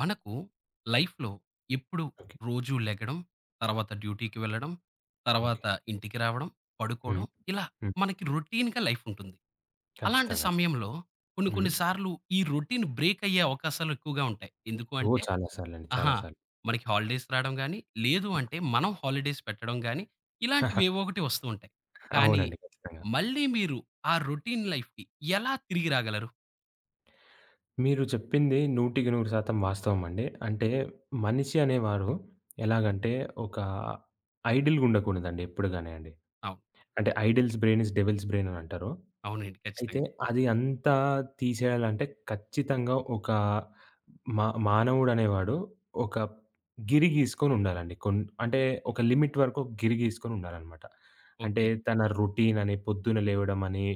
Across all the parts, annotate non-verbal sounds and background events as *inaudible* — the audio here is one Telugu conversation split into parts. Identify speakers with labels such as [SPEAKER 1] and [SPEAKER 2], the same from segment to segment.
[SPEAKER 1] మనకు లైఫ్‌లో ఎప్పుడు
[SPEAKER 2] ఓకే.
[SPEAKER 1] రోజు లెగడం, తర్వాత డ్యూటీకి వెళ్ళడం,
[SPEAKER 2] ఓకే.
[SPEAKER 1] తర్వాత ఇంటికి రావడం, పడుకోవడం
[SPEAKER 2] హ్మ్.
[SPEAKER 1] ఇలా
[SPEAKER 2] హ్మ్.
[SPEAKER 1] మనకి రొటీన్‌గా లైఫ్ ఉంటుంది. అలాంటి
[SPEAKER 2] ఖచ్చితంగా.
[SPEAKER 1] సమయంలో కొన్ని
[SPEAKER 2] హ్మ్.
[SPEAKER 1] కొన్ని సార్లు ఈ రొటీన్ బ్రేక్ అయ్యే అవకాశాలు ఎక్కువగా ఉంటాయి. ఎందుకు
[SPEAKER 2] ఓహ్!
[SPEAKER 1] అంటే?
[SPEAKER 2] చాలా సార్లండి. చాలా
[SPEAKER 1] ఆహా!
[SPEAKER 2] సార్లు.
[SPEAKER 1] మనకి హాలిడేస్ రావడం గాని, లేదు అంటే మనం హాలిడేస్ పెట్టడం గాని ఇలాంటివేవో
[SPEAKER 2] *laughs*
[SPEAKER 1] ఒకటి వస్తూ ఉంటాయి. కానీ
[SPEAKER 2] అవునండి. ఖచ్చితంగా.
[SPEAKER 1] మళ్ళీ మీరు ఆ రొటీన్ లైఫ్‌కి ఎలా తిరిగి రాగలరు?
[SPEAKER 2] మీరు చెప్పింది 100% వాస్తవం అండి. అంటే మనిషి అనేవారు ఎలాగంటే ఒక ఐడిల్‌గా ఉండకూడదండి ఎప్పుడు గాని అండి.
[SPEAKER 1] అవును.
[SPEAKER 2] అంటే idle's brain is devil's brain అని అంటారు.
[SPEAKER 1] అవునండి,
[SPEAKER 2] అయితే
[SPEAKER 1] ఖచ్చితంగా.
[SPEAKER 2] అది అంతా తీసేయాలంటే ఖచ్చితంగా ఒక మా మానవుడనేవాడు ఒక గిరి గీసుకొనుండాలండి. అంటే ఒక లిమిట్ వరకు ఒక గిరి గీసుకొనుండాలనమాట. అంటే
[SPEAKER 1] ఓకే.
[SPEAKER 2] తన రొటీనని, పొద్దున లేవడమని,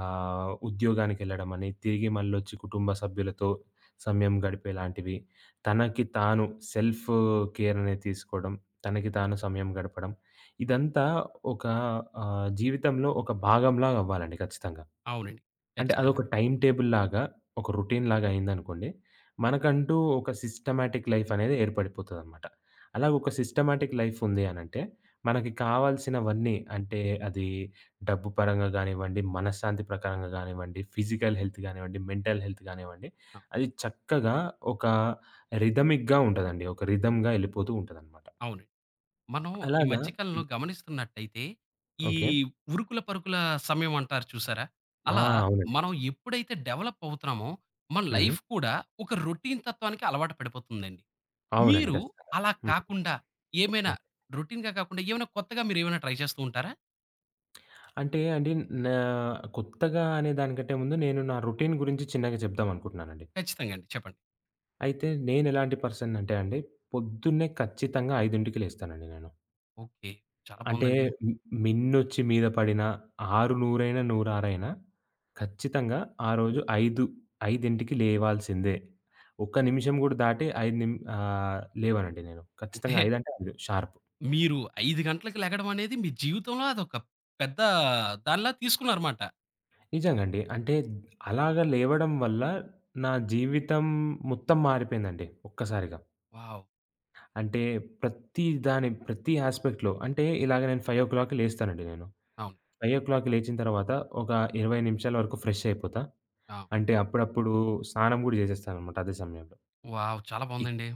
[SPEAKER 2] ఉద్యోగానికెళ్ళడమని, తిరిగి మళ్ళొచ్చి కుటుంబ సభ్యులతో సమయం గడిపేలాంటివి, తనకి తాను సెల్ఫ్ కేర్ అనేది తీసుకోవడం, తనకి తాను సమయం గడపడం, ఇదంతా ఒక జీవితంలో ఒక భాగంలాగవ్వాలండి ఖచ్చితంగా.
[SPEAKER 1] అవునండి,
[SPEAKER 2] అంటే
[SPEAKER 1] ఖచ్చితంగా.
[SPEAKER 2] అదొక
[SPEAKER 1] అవును.
[SPEAKER 2] టైమ్ టేబుల్‌లాగా, ఒక రొటీన్‌లాగా అయిందనుకోండి. మనకంటూ ఒక సిస్టమాటిక్ లైఫ్ అనేది ఏర్పడిపోతదనమాట. అలా ఒక సిస్టమాటిక్ లైఫ్ ఉంది అనంటే, మనకి కావాల్సినవన్నీ అంటే అది డబ్బు పరంగా గానివ్వండి, మనశ్శాంతి ప్రకారంగా గానివ్వండి, ఫిజికల్ హెల్త్ గానివ్వండి, మెంటల్ హెల్త్ గానివ్వండి, అది చక్కగా ఒక రిథమిక్‌గా ఉంటదండి. ఒక రిథమ్‌గా ఎళ్ళిపోతూ ఉంటదనమాట.
[SPEAKER 1] అవునండి. మనం ఈ
[SPEAKER 2] అలాగా.
[SPEAKER 1] మధ్య కాలంలో
[SPEAKER 2] హ్మ్.
[SPEAKER 1] గమనిస్తున్నట్టయితే, ఈ
[SPEAKER 2] ఓకే.
[SPEAKER 1] ఉరుకుల పరుగుల సమయం అంటారు చూసారా?
[SPEAKER 2] ఆ!
[SPEAKER 1] అలా
[SPEAKER 2] అవునండి.
[SPEAKER 1] మనం ఎప్పుడైతే డెవలప్ అవుతున్నామో, మన
[SPEAKER 2] హ్మ్.
[SPEAKER 1] లైఫ్ కూడా ఒక రొటీన్ తత్వానికి అలవాటు పడిపోతుందండి.
[SPEAKER 2] అవునండి.
[SPEAKER 1] మీరు
[SPEAKER 2] ఖచ్చితంగా.
[SPEAKER 1] అలా
[SPEAKER 2] హ్మ్.
[SPEAKER 1] కాకుండా ఏమైనా, రొటీన్‌గా కాకుండా ఏమైనా కొత్తగా మీరేమైనా ట్రై చేస్తూ ఉంటారా?
[SPEAKER 2] అంటే అండి, నా కొత్తగా అనే దానికంటే ముందు నేను నా రొటీన్ గురించి చిన్నగా చెప్దాం అనుకుంటున్నానండి.
[SPEAKER 1] ఖచ్చితంగా అండి, చెప్పండి.
[SPEAKER 2] అయితే నేను ఎలాంటి పర్సన్ అంటే అండి, పొద్దున్నే ఖచ్చితంగా 5కి లేస్తానండి నేను.
[SPEAKER 1] ఓకే. చాలా
[SPEAKER 2] అంటే
[SPEAKER 1] బావుందండి.
[SPEAKER 2] మి మిన్నొచ్చి మీద పడినా, ఆరు నూరైనా, నూరారైనా ఖచ్చితంగా ఆ రోజు 5, 5కి లేవాల్సిందే. ఒక్క నిమిషం గూడా దాటి 5 లేవనండి నేను. ఖచ్చితంగా
[SPEAKER 1] అంటే
[SPEAKER 2] 5 అంటే 5 షార్ప్.
[SPEAKER 1] మీరు 5 గంటలకి లెగడం అనేది మీ జీవితంలో అదొక పెద్ద దానిలా తీసుకున్నారమాట.
[SPEAKER 2] నిజంగండి. అంటే అలాగా లేవడం వల్ల నా జీవితం మొత్తం మారిపోయిందండి ఒక్కసారిగా.
[SPEAKER 1] వావ్!
[SPEAKER 2] అంటే ప్రతి దాని ప్రతి యాస్పెక్ట్‌లో. అంటే ఇలాగ నేను 5:00కి లేస్తానండి నేను.
[SPEAKER 1] అవును.
[SPEAKER 2] 5:00కి లేచిన తర్వాత ఒక 20 నిమిషాల వరకు ఫ్రెష్ అయిపోతా.
[SPEAKER 1] ఆ!
[SPEAKER 2] అంటే అప్పుడప్పుడు స్నానం గూడా చేసేస్తాననమాట అదే సమయంలో.
[SPEAKER 1] వావ్! చాలా
[SPEAKER 2] ఇక్
[SPEAKER 1] బావుందండి.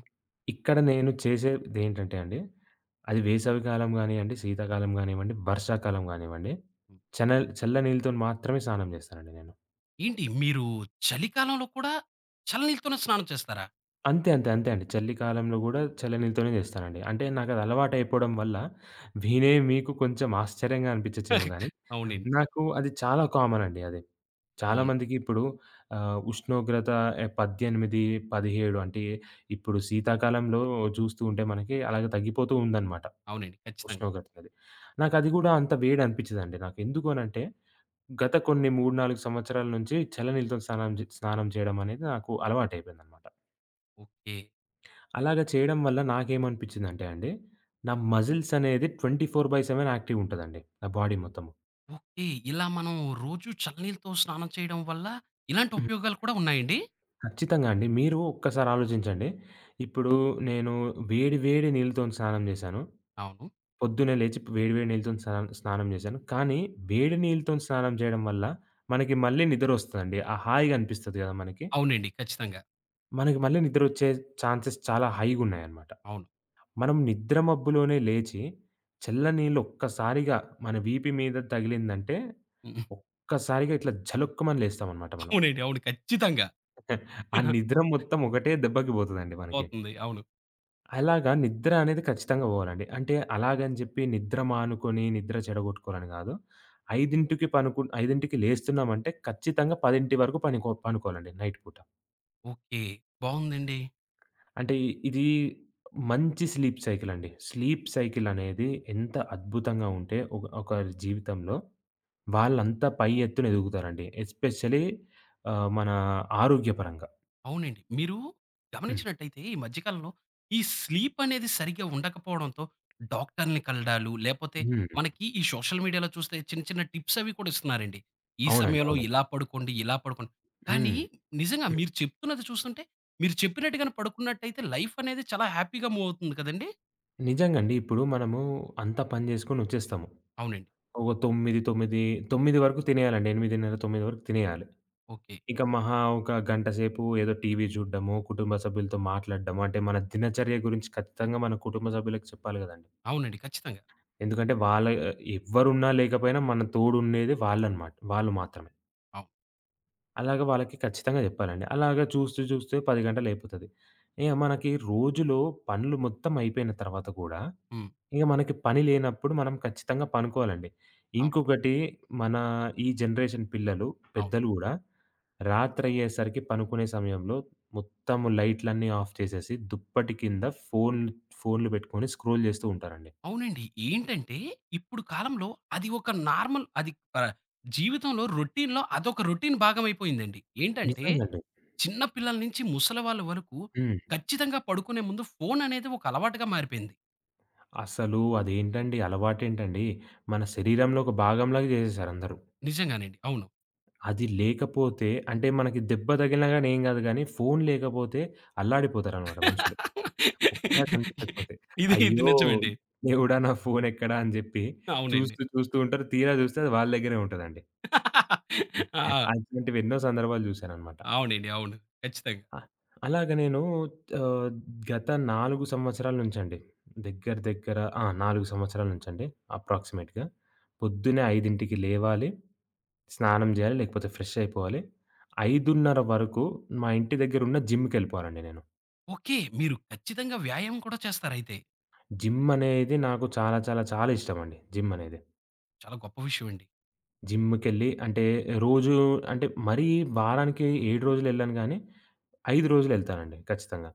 [SPEAKER 2] ఇక్కడ నేను చేసేదేంటంటే అండి, అది వేసవి కాలం గానియ్యండి, శీతాకాలం గానివ్వండి, వర్షాకాలం గానివ్వండి, చల్ల నీళ్ళతోని మాత్రమే స్నానం చేస్తానండి నేను.
[SPEAKER 1] ఏంటి, మీరు చలికాలంలో కూడా చల్లనీళ్ళతోనే స్నానం చేస్తారా?
[SPEAKER 2] అంతే, అంతే, అంతే అండి. చలికాలంలో గూడా చల్ల నీళ్ళతోనే చేస్తానండి. అంటే నాకది అలవాటయిపోవడం వల్ల, వినే మీకు కొంచెం ఆశ్చర్యంగా అనిపించచ్చేమో గానీ,
[SPEAKER 1] అవునండి.
[SPEAKER 2] నాకు అది చాలా కామన్ అండి అది. చాలా
[SPEAKER 1] అవును.
[SPEAKER 2] మందికి ఇప్పుడు ఉష్ణోగ్రత 18, 17 అంటే ఇప్పుడు శీతాకాలంలో చూస్తూ ఉంటే మనకి అలాగే తగ్గిపోతూ ఉందనమాట
[SPEAKER 1] అవునండి, ఖచ్చితంగా.
[SPEAKER 2] ఉష్ణోగ్రత అనేది. నాకది గూడా అంత వేడనిపిచ్చదండి. నాకెందుకు అనంటే గత కొన్ని 3, 4 సంవత్సరాల నుంచి చల్ల నీళ్ళతో స్నానం స్నానం చేయడం అనేది నాకు అలవాటయిపోయిందనమాట.
[SPEAKER 1] ఓకే.
[SPEAKER 2] అలాగా చేయడం వల్ల నాకేమనిపించిందంటే అండి, నా మజిల్స్ అనేది 24/7 యాక్టివ్ ఉంటదండి. నా బాడీ మొత్తము.
[SPEAKER 1] ఓకే. ఇలా మనం రోజు చల్లనీళ్ళతో స్నానం చేయడం వల్ల ఇలాంటి
[SPEAKER 2] హ్మ్.
[SPEAKER 1] ఉపయోగాలు కూడా ఉన్నాయండి?
[SPEAKER 2] ఖచ్చితంగా అండి. మీరు ఒక్కసారి ఆలోచించండి. ఇప్పుడు నేను వేడి వేడి నీళ్ళతోని స్నానం చేశాను.
[SPEAKER 1] అవును.
[SPEAKER 2] పొద్దున్నే లేచి వేడి వేడి నీళ్ళతోని స్నానం చేశాను. కానీ వేడి నీళ్ళతోని స్నానం చేయడం వల్ల మనకి మళ్ళీ నిద్రొస్తదండి. ఆ హాయిగా అనిపిస్తది కదా మనకి!
[SPEAKER 1] అవునండి, ఖచ్చితంగా.
[SPEAKER 2] మనకి మళ్ళీ నిద్రొచ్చే ఛాన్సెస్ చాలా హైగున్నాయన్నమాట.
[SPEAKER 1] అవును.
[SPEAKER 2] మనం నిద్ర మబ్బులోనే లేచి, చల్ల నీళ్ళు ఒక్కసారిగా మన వీపు మీద తగిలిందంటే,
[SPEAKER 1] *laughs* హ్మ్.
[SPEAKER 2] ఒక్కసారిగా ఇట్లా జలుక్కుమని లేస్తామనమాట మనం.
[SPEAKER 1] అవునండి. అవును, ఖచ్చితంగా.
[SPEAKER 2] *laughs* ఆ నిద్ర మొత్తం ఒకటే దెబ్బకి పోతదండి మనకి.
[SPEAKER 1] పోతుంది. అవును.
[SPEAKER 2] అలాగా నిద్ర అనేది ఖచ్చితంగా పోవాలండి. అంటే అలాగని జెప్పి నిద్ర మానుకొని, నిద్ర చెడగొట్టుకోవాలని గాదు. 5కి 5కి లేస్తున్నామంటే ఖచ్చితంగా 10 వరకు పనుకోవాలండి నైట్ పూట.
[SPEAKER 1] ఓకే. బావుందండి.
[SPEAKER 2] అంటే ఇది మంచి స్లీప్ సైకిల్ అండి. స్లీప్ సైకిల్ అనేది ఎంత అద్భుతంగా ఉంటే ఒకరి జీవితంలో వాళ్ళంతా పై ఎత్తున ఎదుగుతారండి. ఎస్పెషల్లీ మన ఆరోగ్యపరంగా.
[SPEAKER 1] అవునండి. మీరు
[SPEAKER 2] హ్మ్.
[SPEAKER 1] గమనించినట్టయితే ఈ మధ్య కాలంలో ఈ స్లీప్ అనేది సరిగ్గా ఉండకపోవడంతో డాక్టర్‌ని కలడాలు, లేపోతే
[SPEAKER 2] హ్మ్.
[SPEAKER 1] మనకి ఈ సోషల్ మీడియాలో చూస్తే చిన్న చిన్న టిప్స్ అవి కూడా ఇస్తున్నారండి. ఈ
[SPEAKER 2] అవునండి.
[SPEAKER 1] సమయంలో
[SPEAKER 2] అవునండి.
[SPEAKER 1] ఇలా పడుకోండి, ఇలా పడుకోండి. కానీ
[SPEAKER 2] హ్మ్.
[SPEAKER 1] నిజంగా
[SPEAKER 2] హ్మ్.
[SPEAKER 1] మీరు చెప్తున్నది చూస్తుంటే మీరు చెప్పినట్టుగానే పడుకున్నట్టయితే లైఫ్ అనేది చాలా హ్యాపీగా మూవ్ అవుతుంది కదండీ!
[SPEAKER 2] నిజంగండి. ఇప్పుడు మనము అంతా పని జేసుకొనొచ్చేస్తాము.
[SPEAKER 1] అవునండి.
[SPEAKER 2] ఒక 9, 9, 9 వరకు తినేయాలండి. 8:30, 9 వరకు తినేయాలి.
[SPEAKER 1] ఓకే.
[SPEAKER 2] ఇక మహా ఒక గంట సేపు ఏదో టీవీ చూడడము, కుటుంబ సభ్యులతో మాట్లాడడము, అంటే మన దినచర్య గురించి ఖచ్చితంగా మన కుటుంబ సభ్యులకు చెప్పాలి కదండీ!
[SPEAKER 1] అవునండి, ఖచ్చితంగా.
[SPEAKER 2] ఎందుకంటే వాళ్ళ, ఎవ్వరున్నా లేకపోయినా మన తోడుండేది వాళ్ళనమాట. వాళ్ళు మాత్రమే.
[SPEAKER 1] అవును.
[SPEAKER 2] అలాగ వాళ్ళకి ఖచ్చితంగా జెప్పాలండి. అలాగ చూస్తూ చూస్తూ 10 గంటలయిపోతది. ఇగ మనకి రోజులో పనులు మొత్తం అయిపోయిన తర్వాత గూడా,
[SPEAKER 1] హ్మ్.
[SPEAKER 2] ఇగ మనకి పని లేనప్పుడు మనం ఖచ్చితంగా పనుకోవాలండి.
[SPEAKER 1] అవును.
[SPEAKER 2] ఇంకొకటి, మన ఈ జనరేషన్ పిల్లలు,
[SPEAKER 1] అవును.
[SPEAKER 2] పెద్దలు గూడా రాత్రయ్యేసరికి పనుకునే సమయంలో మొత్తం లైట్‌లన్నీ ఆఫ్ చేసేసి దుప్పటి కింద ఫోన్‌లు పెట్టుకొని స్క్రోల్ జేస్తూ ఉంటారండి.
[SPEAKER 1] అవునండి. ఏంటంటే, ఇప్పుడు కాలంలో అది ఒక నార్మల్ అది, ఆహ్, జీవితంలో రొటీన్‌లో అదొక రొటీన్ భాగమైపోయిందండి. ఏంటంటే,
[SPEAKER 2] నిజంగండి.
[SPEAKER 1] చిన్న పిల్లల నుంచి ముసలి వాళ్ళ వరకు
[SPEAKER 2] హ్మ్.
[SPEAKER 1] ఖచ్చితంగా పడుకునే ముందు ఫోను అనేది ఒక అలవాటుగా మారిపోయింది.
[SPEAKER 2] అసలు అదేంటండి అలవాటేంటండి? మన శరీరంలో ఒక భాగంలాగా జేసేసారు అందరూ.
[SPEAKER 1] నిజంగానండి, అవును.
[SPEAKER 2] అది లేకపోతే అంటే, మనకి దెబ్బ తగిలినా గాని ఏం గాదు గానీ, ఫోను లేకపోతే అల్లాడిపోతారనమాట మనుషులు. ఒక్కసారి
[SPEAKER 1] *laughs*
[SPEAKER 2] కనిపించకపోతే,
[SPEAKER 1] ఇది ఇది
[SPEAKER 2] అయ్యో!
[SPEAKER 1] నిజమండి.
[SPEAKER 2] దేవుడా నా ఫోనెక్కడా అని జెప్పి
[SPEAKER 1] అవునండి.
[SPEAKER 2] చూస్తూ చూస్తూ ఉంటారు. తీరా జూస్తే అది వాళ్ళ దగ్గరే ఉంటదండి.
[SPEAKER 1] *laughs* ఆ!
[SPEAKER 2] అటువంటివి ఎన్నో సందర్భాలు జూసాననమాట.
[SPEAKER 1] అవునండి. అవును, ఖచ్చితంగా.
[SPEAKER 2] అ అలాగ నేను ఆహ్, గత 4 సంవత్సరాల నుంచండి, దగ్గర దగ్గర 4 సంవత్సరాల నుంచండి, అప్రాక్సిమేట్‌గా పొద్దున్నే 5కి లేవాలి. స్నానం జేయాలి, లేకపోతే ఫ్రెష్ అయిపోవాలి. 5:30 వరకు మా ఇంటి దగ్గరున్న జిమ్‌కెళ్ళిపోవాలండి నేను.
[SPEAKER 1] ఓకే. మీరు ఖచ్చితంగా వ్యాయామం కూడా చేస్తారయితే.
[SPEAKER 2] జిమ్ అనేది నాకు చాలా చాలా చాలా ఇష్టమండి జిమ్ అనేది.
[SPEAKER 1] చాలా గొప్ప విషయం అండి.
[SPEAKER 2] జిమ్‌కెళ్ళి అంటే రోజు అంటే మరీ వారానికి 7 రోజులెళ్ళను గానీ, 5 రోజులెళ్తానండి ఖచ్చితంగా.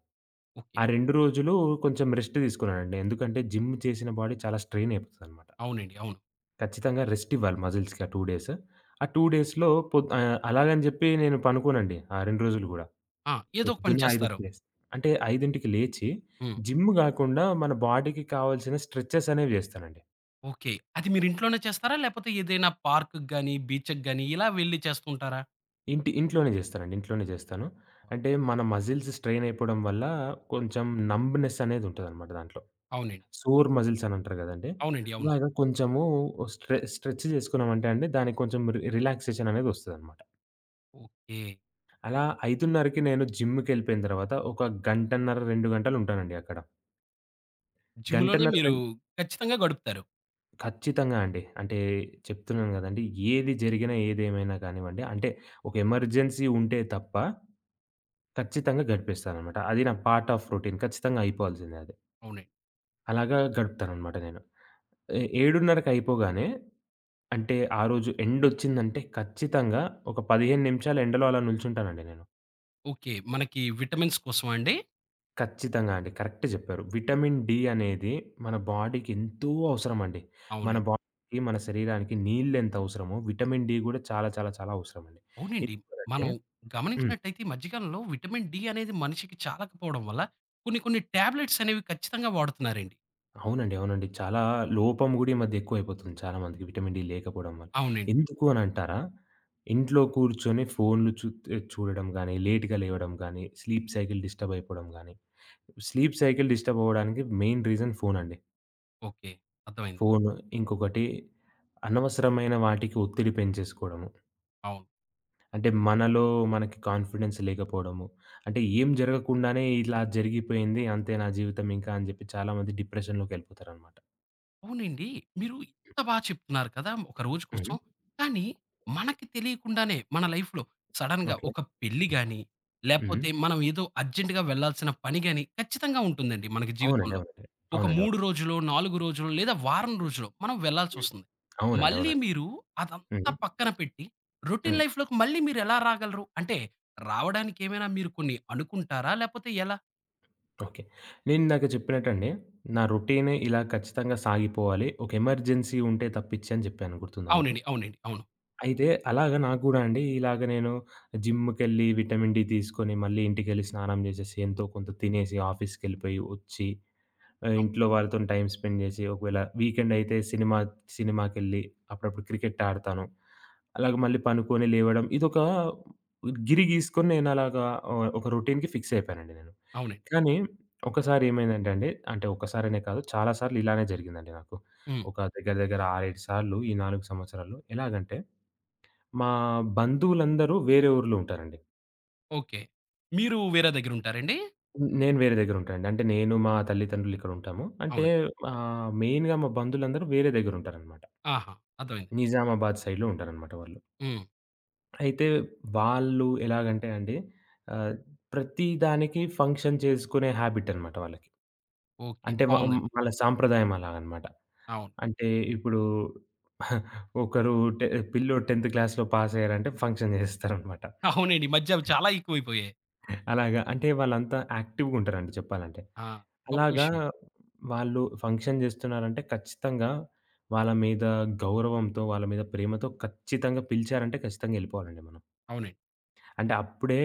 [SPEAKER 1] ఓకే.
[SPEAKER 2] ఆ 2 రోజులు కొంచెం రెస్ట్ తీసుకున్నానండి. ఎందుకంటే జిమ్ చేసిన బాడీ చాలా స్ట్రెయిన్ అయిపోతదనమాట.
[SPEAKER 1] అవునండి. అవును.
[SPEAKER 2] ఖచ్చితంగా రెస్ట్ ఇవ్వాలి మజిల్స్‌కి ఆ 2 డేస్. ఆ 2 డేస్‌లో అలాగని జెప్పి నేను పనుకోనండి ఆ 2 రోజులు గూడా.
[SPEAKER 1] ఆ! ఏదో ఒక పని
[SPEAKER 2] పొద్దున్నే
[SPEAKER 1] చేస్తారు.
[SPEAKER 2] 5కి లేస్తా. అంటే 5కి లేచి
[SPEAKER 1] హ్మ్.
[SPEAKER 2] జిమ్ గాకుండా మన బాడీకి కావాల్సిన స్ట్రెచెస్ అనేవి జేస్తానండి.
[SPEAKER 1] ఓకే. అది మీరు ఇంట్లోనే చేస్తారా? లేపోతే ఏదైనా పార్క్‌కి గాని, బీచ్‌కి గాని ఇలా వెళ్లి చేస్తుంటారా?
[SPEAKER 2] ఇంట్లోనే జేస్తానండి. ఇంట్లోనే జేస్తాను. అంటే మన మజిల్స్ స్ట్రెయిన్ అయిపోవడం వల్ల కొంచెం నంబ్‌నెస్ అనేదుంటదనమాట దాంట్లో.
[SPEAKER 1] అవునండి.
[SPEAKER 2] సోర్ మజిల్స్ అని అంటారు గదండీ!
[SPEAKER 1] అవునండి. అవును.
[SPEAKER 2] అలాగా కొంచెము స్ట్రెచ్ జేసుకున్నామంటే అండి, దానికి కొంచెం రిలాక్సేషన్ అనేదొస్తదనమాట.
[SPEAKER 1] ఓకే.
[SPEAKER 2] అలా 5:30కి నేను జిమ్‌కెళ్ళిపోయిన తర్వాత ఒక గంటన్నర, 2 గంటలుంటానండి అక్కడ.
[SPEAKER 1] జిమ్‌లోనే
[SPEAKER 2] గంటన్నర
[SPEAKER 1] మీరు
[SPEAKER 2] రెం
[SPEAKER 1] ఖచ్చితంగా గడుపుతారు.
[SPEAKER 2] ఖచ్చితంగా అండి. అంటే చెప్తున్నాను గదండీ! ఏది జరిగినా, ఏదేమైనా కానివ్వండి, అంటే ఒక ఎమర్జెన్సీ ఉంటే తప్ప ఖచ్చితంగా గడిపేస్తాననమాట. అది నా పార్ట్ ఆఫ్ రొటీన్. ఖచ్చితంగా అయిపోవాల్సిందే అది.
[SPEAKER 1] అవునండి.
[SPEAKER 2] అలాగా గడుపుతాననమాట నేను. ఏ 7:30కి అయిపోగానే అంటే ఆ రోజు ఎండొచ్చిందంటే ఖచ్చితంగా ఒక 15 నిమిషాలు ఎండలో అలా నిల్చుంటానండి నేను.
[SPEAKER 1] ఓకే. మనకి విటమిన్స్ కోసమా అండి?
[SPEAKER 2] ఖచ్చితంగా అండి. కరెక్ట్ జెప్పారు. విటమిన్ డి అనేది మన బాడీకి ఎంతో అవసరమండి. మన
[SPEAKER 1] అవునండి.
[SPEAKER 2] బాడీకి, మన శరీరానికి నీళ్లెంత అవసరమో, విటమిన్ డి గూడా చాలా చాలా చాలా అవసరమండి.
[SPEAKER 1] అవునండి.
[SPEAKER 2] ఎందుకనంటే.
[SPEAKER 1] మనం
[SPEAKER 2] హ్మ్.
[SPEAKER 1] గమనించినట్టయితే ఈ మధ్య కాలంలో విటమిన్ డి అనేది మనిషికి చాలకపోవడం వల్ల కొన్ని కొన్ని టాబ్లెట్స్ అనేవి ఖచ్చితంగా వాడుతున్నారండి.
[SPEAKER 2] అవునండి. అవునండి. చాలా లోపం గూడా ఈ మధ్య ఎక్కువైపోతుంది చాలా మందికి విటమిన్ డి లేకపోవడం వల్ల.
[SPEAKER 1] అవునండి.
[SPEAKER 2] ఎందుకు అనంటారా? ఇంట్లో కూర్చొని ఫోన్‌లు చూడడం గానీ, లేట్‌గా లేవడం గానీ, స్లీప్ సైకిల్ డిస్టర్బ్ అయిపోవడం గానీ. స్లీప్ సైకిల్ డిస్టర్బ్ అవ్వడానికి మెయిన్ రీజన్ ఫోనండి.
[SPEAKER 1] ఓకే, అర్థమైంది.
[SPEAKER 2] ఫోను. ఇంకొకటి, అనవసరమైన వాటికి ఒత్తిడి పెంచేసుకోవడము.
[SPEAKER 1] అవును.
[SPEAKER 2] అంటే మనలో మనకి కాన్ఫిడెన్స్ లేకపోవడము. అంటే ఏం జరగకుండానే ఇలా జరిగిపోయింది అంతే నా జీవితం ఇంకా అని జెప్పి చాలామంది డిప్రెషన్‌లోకెళ్ళిపోతారనమాట.
[SPEAKER 1] అవునండి. మీరు ఇంత బా చెప్తున్నారు కదా! ఒక రోజు
[SPEAKER 2] హ్మ్.
[SPEAKER 1] కోసం. కానీ మనకి తెలియకుండానే మన లైఫ్‌లో సడెన్‌గా
[SPEAKER 2] ఓకే.
[SPEAKER 1] ఒక పెళ్లి
[SPEAKER 2] హ్మ్.
[SPEAKER 1] గాని,
[SPEAKER 2] హ్మ్.
[SPEAKER 1] లేపోతే మనం ఏదో అర్జెంట్‌గా వెళ్ళాల్సిన పని గాని ఖచ్చితంగా ఉంటుందండి మనకి
[SPEAKER 2] అవునండి.
[SPEAKER 1] జీవితంలో.
[SPEAKER 2] అవునండి.
[SPEAKER 1] ఒక
[SPEAKER 2] అవునండి.
[SPEAKER 1] 3
[SPEAKER 2] అవునండి.
[SPEAKER 1] రోజులో, 4 రోజులో లేదా వారం రోజులో మనం
[SPEAKER 2] హ్మ్.
[SPEAKER 1] వెళ్ళాల్సొస్తుంది.
[SPEAKER 2] అవునండి.
[SPEAKER 1] మళ్ళీ
[SPEAKER 2] అవునండి.
[SPEAKER 1] మీరు అదంతా
[SPEAKER 2] హ్మ్.
[SPEAKER 1] పక్కన పెట్టి రొటీన్
[SPEAKER 2] హ్మ్.
[SPEAKER 1] లైఫ్‌లోకి మళ్ళీ మీరెలా రాగలరు? అంటే రావడానికి ఏమైనా మీరు కొన్ని అనుకుంటారా? లేపోతే ఎలా?
[SPEAKER 2] ఓకే. నేనిందాక చెప్పినట్టండి, నా రొటీన్ ఇలా ఖచ్చితంగా సాగిపోవాలి. ఒక ఎమర్జెన్సీ ఉంటే తప్పించి అని జెప్పాను గుర్తుందా మీకు?
[SPEAKER 1] అవునండి. అవునండి. అవును.
[SPEAKER 2] అయితే అలాగా నాకు గూడా అండి, ఇలాగ నేను జిమ్‌కెళ్ళి విటమిన్ డి తీసుకొని, మళ్ళీ ఇంటికెళ్ళి స్నానం జేసేసి, ఎంతో కొంత తినేసి, ఆఫీస్‌కెళ్ళిపోయి వచ్చి,
[SPEAKER 1] అవును.
[SPEAKER 2] ఇంట్లో వాళ్ళతోని టైమ్ స్పెండ్ జేసి, ఒకవేళ వీకెండ్ అయితే సినిమాకెళ్ళి, అప్పుడప్పుడు క్రికెట్ ఆడతాను. అలాగే మళ్ళీ పనుకొని లేవడం, ఇదొక గిరి గీసుకొని నేను అలాగా ఒక రొటీన్‌కి ఫిక్స్ అయిపోయానండి నేను.
[SPEAKER 1] అవునండి.
[SPEAKER 2] కానీ ఒకసారి ఏమైందంటే అండి, అంటే ఒక్కసారనే కాదు చాలా సార్లు ఇలానే జరిగిందండి నాకు.
[SPEAKER 1] హ్మ్.
[SPEAKER 2] ఒక దగ్గర దగ్గర 6, 7 సార్లు ఈ 4 సంవత్సరాల్లో. ఎలాగంటే మా బంధువులందరూ వేరే ఊర్లో ఉంటారండి.
[SPEAKER 1] ఓకే. మీరు వేరే దగ్గరుంటారండి?
[SPEAKER 2] నేను వేరే దగ్గరుంటానండి. అంటే నేను, మా తల్లిదండ్రులు ఇక్కడుంటాము. అంటే
[SPEAKER 1] అవును.
[SPEAKER 2] మెయిన్‌గా మా బంధువులందరూ వేరే దగ్గరుంటారనమాట.
[SPEAKER 1] ఆహా! అర్థమైంది.
[SPEAKER 2] నిజామాబాద్ సైడ్‌లో ఉంటారనమాట వాళ్ళు.
[SPEAKER 1] హ్మ్.
[SPEAKER 2] అయితే వాళ్ళు ఎలాగంటే అండి, ఆహ్, ప్రతి దానికి ఫంక్షన్ చేసుకునే హాబిట్ అనమాట వాళ్ళకి.
[SPEAKER 1] ఓకే.
[SPEAKER 2] అంటే,
[SPEAKER 1] బావుందండి.
[SPEAKER 2] వాళ్ళ సాంప్రదాయం అలాగనమాట.
[SPEAKER 1] అవును.
[SPEAKER 2] అంటే ఇప్పుడు ఒకరు టె పిల్లోడు 10థ్ క్లాస్‌లో పాసయ్యారంటే ఫంక్షన్ చేసేస్తారనమాట.
[SPEAKER 1] *laughs* అవునండి. ఈ మధ్య అవి చాలా ఎక్కువైపోయాయి.
[SPEAKER 2] అలాగా అంటే వాళ్ళంతా యాక్టివ్‌గుంటారండి చెప్పాలంటే.
[SPEAKER 1] ఆ! గొప్ప
[SPEAKER 2] అలాగా
[SPEAKER 1] విషయం అండి.
[SPEAKER 2] వాళ్ళు ఫంక్షన్ జేస్తున్నారంటే, ఖచ్చితంగా వాళ్ళ మీద గౌరవంతో, వాళ్ళ మీద ప్రేమతో ఖచ్చితంగా పిలిచారంటే ఖచ్చితంగా ఎళ్ళిపోవాలండి మనం.
[SPEAKER 1] అవునండి.
[SPEAKER 2] అంటే అప్పుడే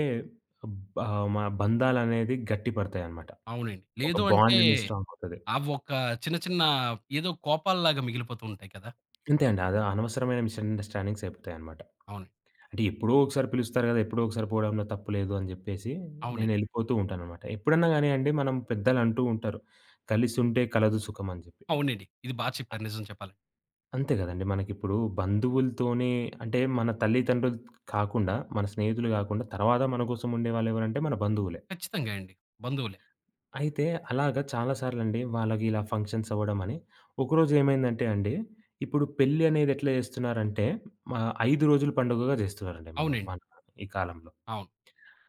[SPEAKER 2] మా బంధాలనేది గట్టి పడతాయన్నమాట.
[SPEAKER 1] అవునండి,
[SPEAKER 2] ఒక
[SPEAKER 1] లేదు అంటే
[SPEAKER 2] బాండ్ అనేది స్ట్రాంగ్ అవుతది.
[SPEAKER 1] అవొక చిన్న చిన్న ఏదో కోపాల్లాగా మిగిలిపోతూ ఉంటాయి కదా!
[SPEAKER 2] అంతే అండి. అది అనవసరమైన మిస్‌అండర్‌స్టాండింగ్స్ అయిపోతాయన్నమాట.
[SPEAKER 1] అవును.
[SPEAKER 2] అంటే ఎప్పుడో ఒకసారి పిలుస్తారు గదా! ఎప్పుడో ఒకసారి పోవడంలో తప్పు లేదు అని జెప్పేసి
[SPEAKER 1] అవునండి.
[SPEAKER 2] నేనెళ్ళిపోతూ ఉంటానన్నమాట. ఎప్పుడన్నా గానియండి మనం, పెద్దలంటూ ఉంటారు, "కలిసుంటే కలదు సుఖం" అని జెప్పి.
[SPEAKER 1] అవునండి, ఇది బా చెప్పారు నిజం చెప్పాలంటే.
[SPEAKER 2] అంతే గదండీ. మనకిప్పుడు బంధువులతోనే, అంటే మన తల్లిదండ్రులు కాకుండా, మన స్నేహితులు గాకుండా, తర్వాత మన కోసం ఉండేవాళ్ళెవరంటే మన బంధువులే.
[SPEAKER 1] ఖచ్చితంగా అండి, బంధువులే.
[SPEAKER 2] అయితే అలాగా చాలా సార్లండి వాళ్ళకి ఇలా ఫంక్షన్స్ అవ్వడమని. ఒకరోజు ఏమైందంటే అండి, ఇప్పుడు పెళ్లి అనేది ఎట్లా జేస్తున్నారంటే, 5 రోజుల పండుగగా జేస్తున్నారండి మనం
[SPEAKER 1] అవునండి.
[SPEAKER 2] మన ఈ కాలంలో.
[SPEAKER 1] అవును.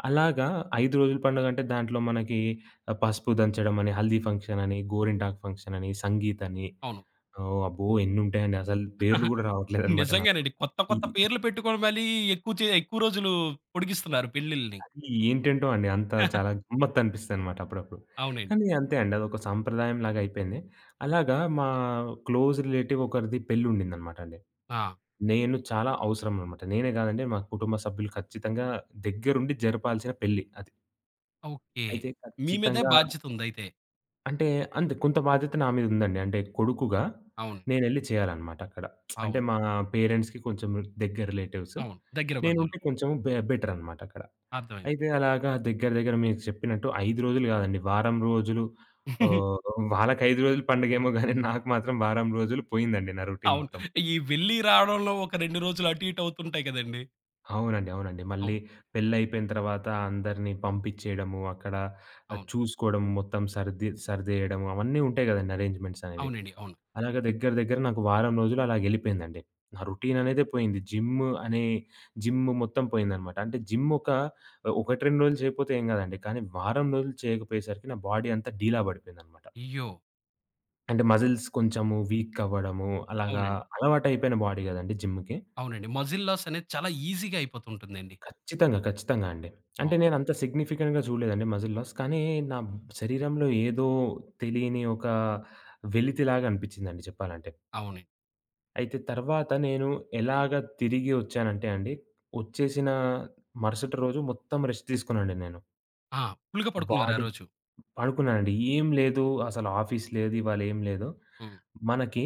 [SPEAKER 2] అలాగా 5 రోజుల పండుగ అంటే దాంట్లో మనకి పసుపు దంచడమని, హల్దీ ఫంక్షన్ అని, గోరింటాకు ఫంక్షన్ అని, సంగీత్ అని,
[SPEAKER 1] అవును.
[SPEAKER 2] ఓహ్! అబ్బో! ఎన్నుంటాయండి, అసలు పేర్లు
[SPEAKER 1] *laughs*
[SPEAKER 2] గూడా రావట్లేదనమాట నాకు.
[SPEAKER 1] నిజంగానండి. కొత్త
[SPEAKER 2] ఈ
[SPEAKER 1] కొత్త పేర్లు పెట్టుకొని మరీ ఎక్కువ రోజులు పొడిగిస్తున్నారు పెళ్ళిల్ని.
[SPEAKER 2] ఏంటేంటో అండి. అంత చాలా
[SPEAKER 1] *laughs*
[SPEAKER 2] గమ్మత్తనిపిస్తదనమాట అప్పుడప్పుడు.
[SPEAKER 1] అవునండి.
[SPEAKER 2] కానీ అంతే అండి. అదొక సాంప్రదాయంలాగా అయిపోయింది. అలాగా మా క్లోజ్ రిలేటివ్ ఒకరిది పెళ్ళుండిందనమాట అండి.
[SPEAKER 1] ఆ!
[SPEAKER 2] నేను చాలా అవసరం అనమాట. నేనే కాదండి, మా కుటుంబ సభ్యులు ఖచ్చితంగా దగ్గరుండి జరపాల్సిన పెళ్లి అది.
[SPEAKER 1] ఓకే,
[SPEAKER 2] అయితే
[SPEAKER 1] మీ మీదే
[SPEAKER 2] ఖచ్చితంగా
[SPEAKER 1] బాధ్యతుందయితే.
[SPEAKER 2] అంటే, అంతే కొంత బాధ్యత నా మీద ఉందండి. అంటే కొడుకుగా
[SPEAKER 1] అవును.
[SPEAKER 2] నేనెళ్లి చేయాలనమాట అక్కడ. అంటే
[SPEAKER 1] అవును.
[SPEAKER 2] మా పేరెంట్స్‌కి కొంచెం దగ్గర రిలేటివ్స్.
[SPEAKER 1] అవును, దగ్గర బంధువులు.
[SPEAKER 2] నేనుంటే కొంచెం బెటరనమాట అక్కడ.
[SPEAKER 1] అర్థమైంది.
[SPEAKER 2] అయితే అలాగా దగ్గర దగ్గర మీరు చెప్పినట్టు 5 రోజులు గాదండి, వారం రోజులు.
[SPEAKER 1] *laughs*
[SPEAKER 2] ఆహ్, వాళ్ళకి 5 రోజులు పండగేమో గానీ నాకు మాత్రం వారం రోజులు పోయిందండి నా రొటీన్
[SPEAKER 1] అవును.
[SPEAKER 2] మొత్తం.
[SPEAKER 1] ఈ వెళ్లి రావడంలో ఒక 2 రోజులు అటు ఇటు అవుతుంటాయి కదండీ!
[SPEAKER 2] అవునండి. అవునండి. మళ్ళీ
[SPEAKER 1] అవును.
[SPEAKER 2] పెళ్లయిపోయిన తర్వాత అందరిని పంపిచ్చేయడము, అక్కడ
[SPEAKER 1] అవును.
[SPEAKER 2] చూసుకోవడం, మొత్తం సర్ది సర్దేయడము, అవన్నీ ఉంటాయి గదండీ అరేంజ్‌మెంట్స్ అనేవి.
[SPEAKER 1] అవునండి. అవును.
[SPEAKER 2] అలాగ దగ్గర దగ్గర నాకు వారం రోజులు అలాగెళ్ళిపోయిందండి. నా రొటీన్ అనేదే పోయింది. అనే జిమ్ మొత్తం పోయిందనమాట. అంటే జిమ్ ఒక 1, 2 రోజులు చేయకపోతే ఏం కాదండి. కానీ వారం రోజులు చేయకపోయేసరికి నా బాడీ అంతా డీలా పడిపోయిందనమాట.
[SPEAKER 1] అయ్యో!
[SPEAKER 2] అంటే మజిల్స్ కొంచెము వీక్ అవ్వడము, అలాగా
[SPEAKER 1] అవునండి.
[SPEAKER 2] అలవాటయిపోయిన బాడీ కదండీ జిమ్‌కి.
[SPEAKER 1] అవునండి. మజిల్ లాస్ అనేది చాలా ఈజీగా అయిపోతుంటుందండి.
[SPEAKER 2] ఖచ్చితంగా, ఖచ్చితంగా అండి. అంటే
[SPEAKER 1] అవును.
[SPEAKER 2] నేనంత సిగ్నిఫికెంట్‌గా చూడలేదండి మజిల్ లాస్. కానీ నా శరీరంలో ఏదో తెలియని ఒక వెలితిలాగా అనిపించిందండి చెప్పాలంటే.
[SPEAKER 1] అవునండి.
[SPEAKER 2] అయితే తర్వాత నేను ఎలాగ తిరిగి వచ్చానంటే అండి, వచ్చేసిన మరుసటి రోజు మొత్తం రెస్ట్ తీసుకున్నానండి నేను.
[SPEAKER 1] ఆ! ఫుల్‌గా పడుకున్నారు ఆ
[SPEAKER 2] బాడీ
[SPEAKER 1] రోజు.
[SPEAKER 2] పడుకున్నానండి. ఏం లేదు, అసలు ఆఫీస్ లేదు, ఇవాళ ఏం లేదు.
[SPEAKER 1] హ్మ్.
[SPEAKER 2] మనకి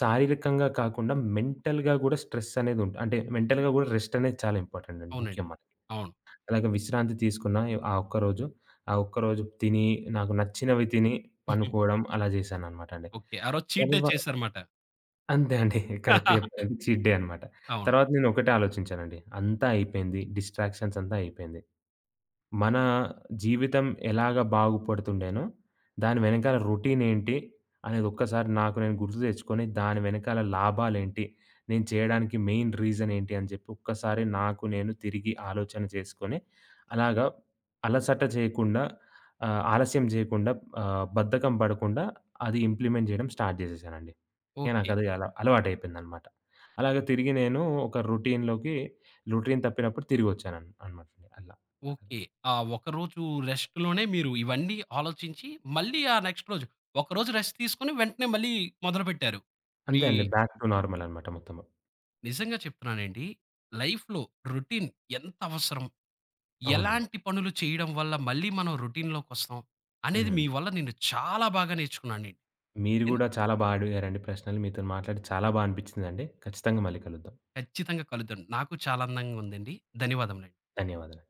[SPEAKER 2] శారీరకంగా కాకుండా మెంటల్‌గా గూడా స్ట్రెస్ అనేది ఉంట, అంటే మెంటల్‌గా గూడా రెస్ట్ అనేది చాలా ఇంపార్టెంట్ అండి.
[SPEAKER 1] అవునండి.
[SPEAKER 2] ముఖ్యం మనకి.
[SPEAKER 1] అవును.
[SPEAKER 2] అలాగే విశ్రాంతి తీసుకున్న ఆ ఒక్కరోజు, ఆ ఒక్కరోజు తిని, నాకు నచ్చినవి తిని,
[SPEAKER 1] *laughs*
[SPEAKER 2] పనుకోవడం అలా చేశాననమాట అండి.
[SPEAKER 1] ఓకే, ఆ రోజు చీట్ డే
[SPEAKER 2] తర్వా
[SPEAKER 1] చేశారు మాట.
[SPEAKER 2] అంతే అండి. కరెక్ట్
[SPEAKER 1] *laughs*
[SPEAKER 2] చెప్పారండి. చీట్ డే అనమాట.
[SPEAKER 1] అవును.
[SPEAKER 2] తర్వాత నేనొకటే ఆలోచించానండి, అంతా అయిపోయింది, డిస్ట్రాక్షన్స్ అంతా అయిపోయింది. మన జీవితం ఎలాగా బాగుపడుతుండేనో, దాని వెనకాల రొటీనేంటి అనేది ఒక్కసారి నాకు నేను గుర్తు తెచ్చుకొని, దాని వెనకాల లాభాలేంటి? నేను చేయడానికి మెయిన్ రీజనేంటి? అని చెప్పి ఒక్కసారి నాకు నేను తిరిగి ఆలోచన చేసుకొని, అలాగా అలసట చేయకుండా, ఆలస్యం చేయకుండా, బద్ధకం పడకుండా అది ఇంప్లిమెంట్ చేయడం స్టార్ట్ చేసేసానండి. ఇక
[SPEAKER 1] ఓకే.
[SPEAKER 2] నాకది అలవాటయిపోయిందనమాట. అలాగే తిరిగి నేను ఒక రొటీన్‌లోకి, రొటీన్ తప్పినప్పుడు అనమాట. అలా.
[SPEAKER 1] ఓకే. ఆ ఒకరోజు రెస్ట్‌లోనే మీరు ఇవన్నీ ఆలోచించి, మళ్ళీ ఆ నెక్స్ట్ రోజు ఒకరోజు రెస్ట్ తీసుకొని వెంటనే మళ్ళీ మొదలుపెట్టారు. మీ
[SPEAKER 2] అంతే అండి. బ్యాక్ టు నార్మల్ అనమాట మొత్తము.
[SPEAKER 1] నిజంగా చెప్తున్నానండి, లైఫ్‌లో రొటీన్ ఎంత అవసరం?
[SPEAKER 2] అవునండి.
[SPEAKER 1] ఎలాంటి పనులు చేయడం వల్ల మళ్ళీ మనం రొటీన్‌లోకొస్తాం? అనేది
[SPEAKER 2] హ్మ్.
[SPEAKER 1] మీ వల్ల నేను చాలా బాగా నేర్చుకున్నానండి.
[SPEAKER 2] మీరు
[SPEAKER 1] ఎన్
[SPEAKER 2] గూడా చాలా బా అడిగారండి ప్రశ్నలు. మీతోని మాట్లాడి చాలా బా అనిపించిందండి. ఖచ్చితంగా మళ్ళీ కలుద్దాం.
[SPEAKER 1] ఖచ్చితంగా కలుద్దాం. నాకు చాలా అందంగా ఉందండి. ధన్యవాదములండి.
[SPEAKER 2] ధన్యవాదాలు.